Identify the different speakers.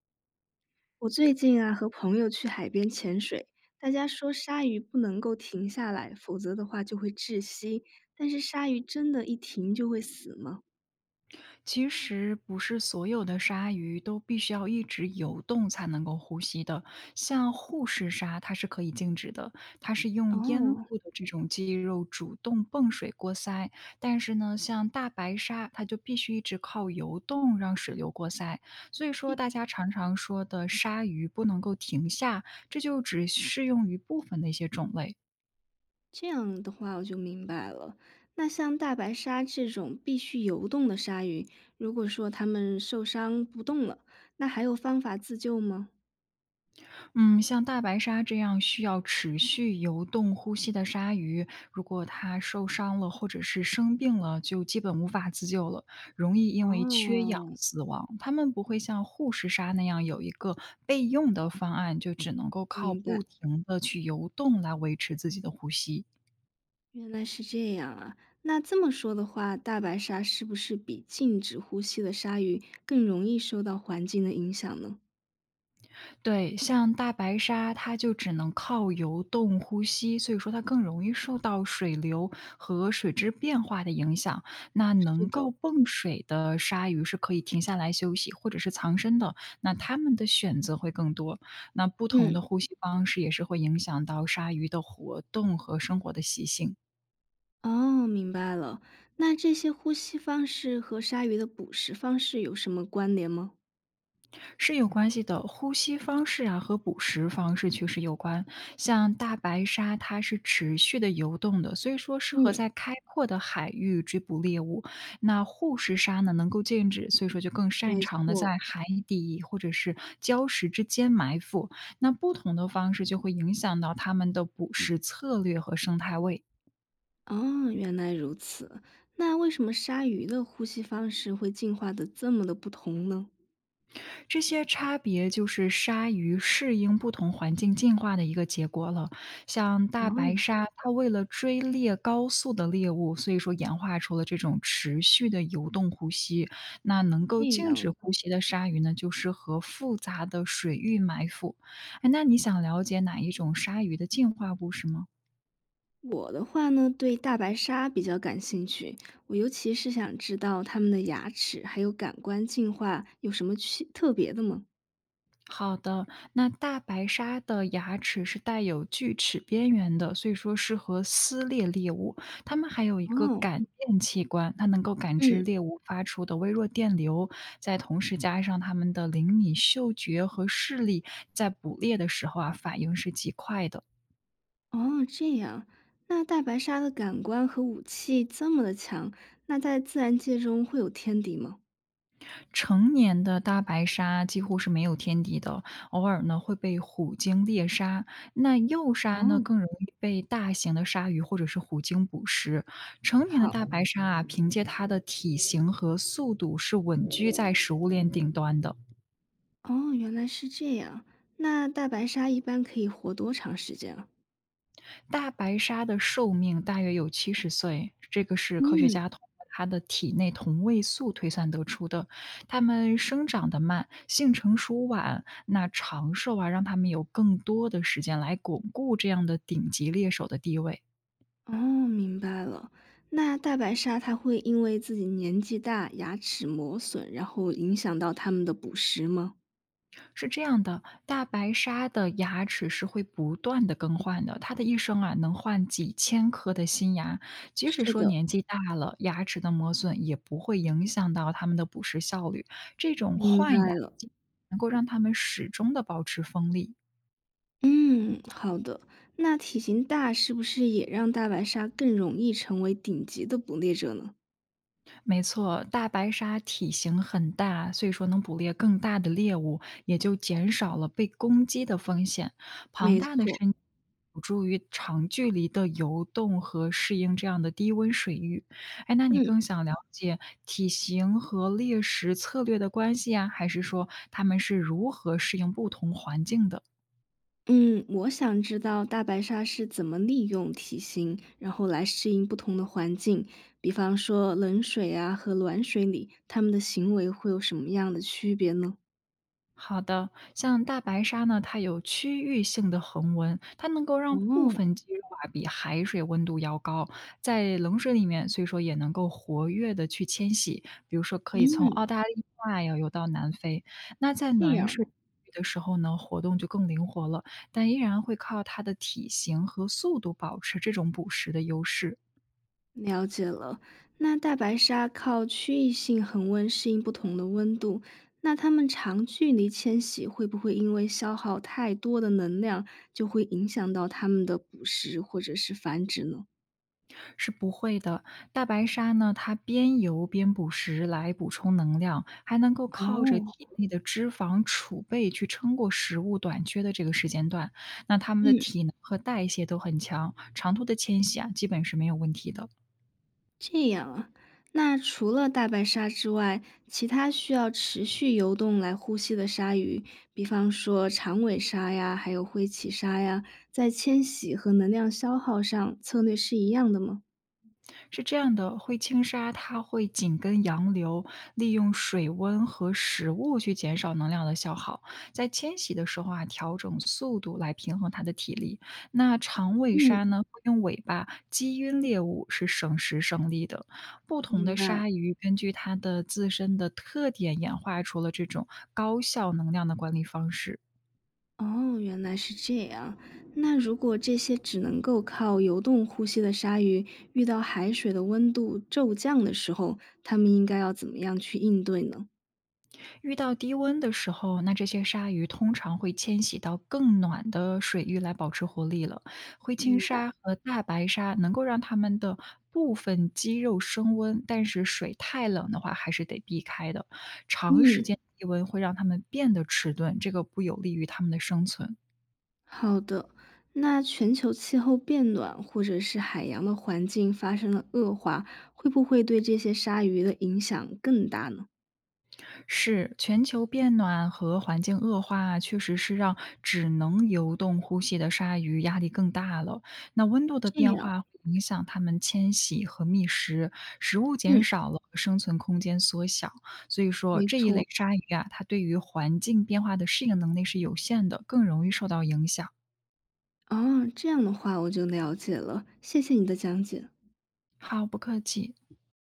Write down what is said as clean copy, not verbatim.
Speaker 1: 我最近啊，和朋友去海边潜水，大家说鲨鱼不能够停下来，否则的话就会窒息。但是鲨鱼真的一停就会死吗？
Speaker 2: 其实不是所有的鲨鱼都必须要一直游动才能够呼吸的，像护士鲨它是可以静止的，它是用咽
Speaker 1: 哦，
Speaker 2: 部的这种肌肉主动泵水过鳃。但是呢，像大白鲨，它就必须一直靠游动让水流过鳃。所以说，大家常常说的鲨鱼不能够停下，这就只适用于部分的一些种类。
Speaker 1: 这样的话我就明白了。那像大白鲨这种必须游动的鲨鱼，如果说它们受伤不动了，那还有方法自救吗？
Speaker 2: 嗯，像大白鲨这样需要持续游动呼吸的鲨鱼，如果它受伤了或者是生病了，就基本无法自救了，容易因为缺氧
Speaker 1: 哦，
Speaker 2: 死亡。它们不会像护士鲨那样有一个备用的方案，就只能够靠
Speaker 1: 明白。
Speaker 2: 不停的去游动来维持自己的呼吸。
Speaker 1: 原来是这样啊，那这么说的话，大白鲨是不是比静止呼吸的鲨鱼更容易受到环境的影响呢？
Speaker 2: 对，像大白鲨，它就只能靠游动呼吸，所以说它更容易受到水流和水质变化的影响。那
Speaker 1: 是
Speaker 2: 能够
Speaker 1: 的，
Speaker 2: 蹦水的鲨鱼是可以停下来休息，或者是藏身的，那它们的选择会更多。那不同的
Speaker 1: 嗯，
Speaker 2: 呼吸方式也是会影响到鲨鱼的活动和生活的习性。
Speaker 1: 哦，明白了。那这些呼吸方式和鲨鱼的捕食方式有什么关联吗？
Speaker 2: 是有关系的，呼吸方式啊和捕食方式确实有关。像大白鲨，它是持续的游动的，所以说适合
Speaker 1: 嗯，
Speaker 2: 在开阔的海域追捕猎物。那护士鲨呢，能够静止，所以说就更擅
Speaker 1: 没
Speaker 2: 长的
Speaker 1: 错。
Speaker 2: 在海底或者是礁石之间埋伏。那不同的方式就会影响到它们的捕食策略和生态位。
Speaker 1: 哦，原来如此。那为什么鲨鱼的呼吸方式会进化的这么的不同呢？
Speaker 2: 这些差别就是鲨鱼适应不同环境进化的一个结果了。像大白
Speaker 1: 哦，
Speaker 2: 鲨，它为了追猎高速的猎物，所以说演化出了这种持续的游动呼吸。那能
Speaker 1: 这
Speaker 2: 够静
Speaker 1: 样
Speaker 2: 止
Speaker 1: 啊。
Speaker 2: 呼吸的鲨鱼呢，就是和复杂的水域埋伏。哎，那你想了解哪一种鲨鱼的进化故事吗？
Speaker 1: 我的话呢，对大白鲨比较感兴趣，我尤其是想知道它们的牙齿还有感官进化有什么区特别的吗？
Speaker 2: 好的，那大白鲨的牙齿是带有锯齿边缘的，所以说适合撕裂猎物。它们还有一个
Speaker 1: 哦，
Speaker 2: 感电器官，它能够感知
Speaker 1: 嗯，
Speaker 2: 猎物发出的微弱电流，再同时加上它们的灵敏嗅觉和视力，在捕猎的时候啊，反应是极快的。
Speaker 1: 哦，这样，那大白鲨的感官和武器这么的强，那在自然界中会有天敌吗？
Speaker 2: 成年的大白鲨几乎是没有天敌的，偶尔呢会被虎鲸猎杀。那幼
Speaker 1: 哦，
Speaker 2: 鲨呢更容易被大型的鲨鱼或者是虎鲸捕食。成年的大
Speaker 1: 好，
Speaker 2: 白鲨啊，凭借它的体型和速度是稳居在食物链顶端的。
Speaker 1: 哦，原来是这样，那大白鲨一般可以活多长时间啊？
Speaker 2: 大白鲨的寿命大约有70岁，这个是科学
Speaker 1: 嗯。
Speaker 2: 家通过它的体内同位素推算得出的。它们生长得慢，性成熟晚，那长寿啊，让它们有更多的时间来巩固这样的顶级猎手的地位。
Speaker 1: 哦，明白了。那大白鲨它会因为自己年纪大，牙齿磨损，然后影响到它们的捕食吗？
Speaker 2: 是这样的，大白鲨的牙齿是会不断的更换的，它的一生啊能换几千颗的新牙。即使
Speaker 1: 是
Speaker 2: 说
Speaker 1: 的，
Speaker 2: 年纪大了，牙齿的磨损也不会影响到它们的捕食效率。这种
Speaker 1: 明
Speaker 2: 换
Speaker 1: 白
Speaker 2: 牙
Speaker 1: 了。
Speaker 2: 能够让它们始终的保持锋利。
Speaker 1: 嗯，好的。那体型大是不是也让大白鲨更容易成为顶级的捕猎者呢？
Speaker 2: 没错，大白鲨体型很大，所以说能捕猎更大的猎物，也就减少了被攻击的风险。庞
Speaker 1: 没
Speaker 2: 大的
Speaker 1: 错。
Speaker 2: 身有助于长距离的游动和适应这样的低温水域。哎，那你
Speaker 1: 嗯
Speaker 2: 更想了解体型和猎食策略的关系啊，还是说它们是如何适应不同环境的？
Speaker 1: 嗯，我想知道大白鲨是怎么利用体型，然后来适应不同的环境，比方说冷水啊和暖水里，它们的行为会有什么样的区别呢？
Speaker 2: 好的，像大白鲨呢，它有区域性的恒温，它能够让部
Speaker 1: 哦，
Speaker 2: 分肌肉啊比海水温度要高，在冷水里面，所以说也能够活跃的去迁徙，比如说可以从澳大利亚呀游到南非。那在
Speaker 1: 这
Speaker 2: 暖水
Speaker 1: 样，
Speaker 2: 的时候呢，活动就更灵活了，但依然会靠它的体型和速度保持这种捕食的优势。
Speaker 1: 了解了。那大白鲨靠区域性恒温适应不同的温度，那它们长距离迁徙会不会因为消耗太多的能量，就会影响到它们的捕食或者是繁殖呢？
Speaker 2: 是不会的。大白鲨呢，它边游边捕食来补充能量，还能够靠着
Speaker 1: 哦，
Speaker 2: 体内的脂肪储备去撑过食物短缺的这个时间段。那它们的
Speaker 1: 嗯。
Speaker 2: 体能和代谢都很强，长途的迁徙啊，基本是没有问题的。
Speaker 1: 这样啊，那除了大白鲨之外，其他需要持续游动来呼吸的鲨鱼，比方说长尾鲨呀，还有灰鳍鲨呀，在迁徙和能量消耗上策略是一样的吗？
Speaker 2: 是这样的，灰青鲨它会紧跟洋流，利用水温和食物去减少能量的消耗，在迁徙的时候啊，调整速度来平衡它的体力。那长尾
Speaker 1: 嗯，
Speaker 2: 鲨呢，会用尾巴击晕猎物，是省时省力的。不同
Speaker 1: 明
Speaker 2: 的
Speaker 1: 白了。
Speaker 2: 鲨鱼根据它的自身的特点，演化出了这种高效能量的管理方式。
Speaker 1: 哦，原来是这样。那如果这些只能够靠游动呼吸的鲨鱼，遇到海水的温度骤降的时候，它们应该要怎么样去应对呢？
Speaker 2: 遇到低温的时候，那这些鲨鱼通常会迁徙到更暖的水域来保持活力了。灰青
Speaker 1: 明白。
Speaker 2: 鲨和大白鲨能够让它们的部分肌肉升温，但是水太冷的话还是得避开的。长时
Speaker 1: 嗯，
Speaker 2: 间低温会让它们变得迟钝，这个不有利于它们的生存。
Speaker 1: 好的，那全球气候变暖或者是海洋的环境发生了恶化，会不会对这些鲨鱼的影响更大呢？
Speaker 2: 是，全球变暖和环境恶化啊确实是让只能游动呼吸的鲨鱼压力更大了。那温度的
Speaker 1: 这
Speaker 2: 变
Speaker 1: 样，
Speaker 2: 化会影响它们迁徙和觅食，食物减
Speaker 1: 嗯，
Speaker 2: 少了，生存空间缩小。所以说，
Speaker 1: 没
Speaker 2: 这一
Speaker 1: 错。
Speaker 2: 类鲨鱼啊，它对于环境变化的适应能力是有限的，更容易受到影响。
Speaker 1: 哦，这样的话我就了解了，谢谢你的讲解。
Speaker 2: 好，不客气。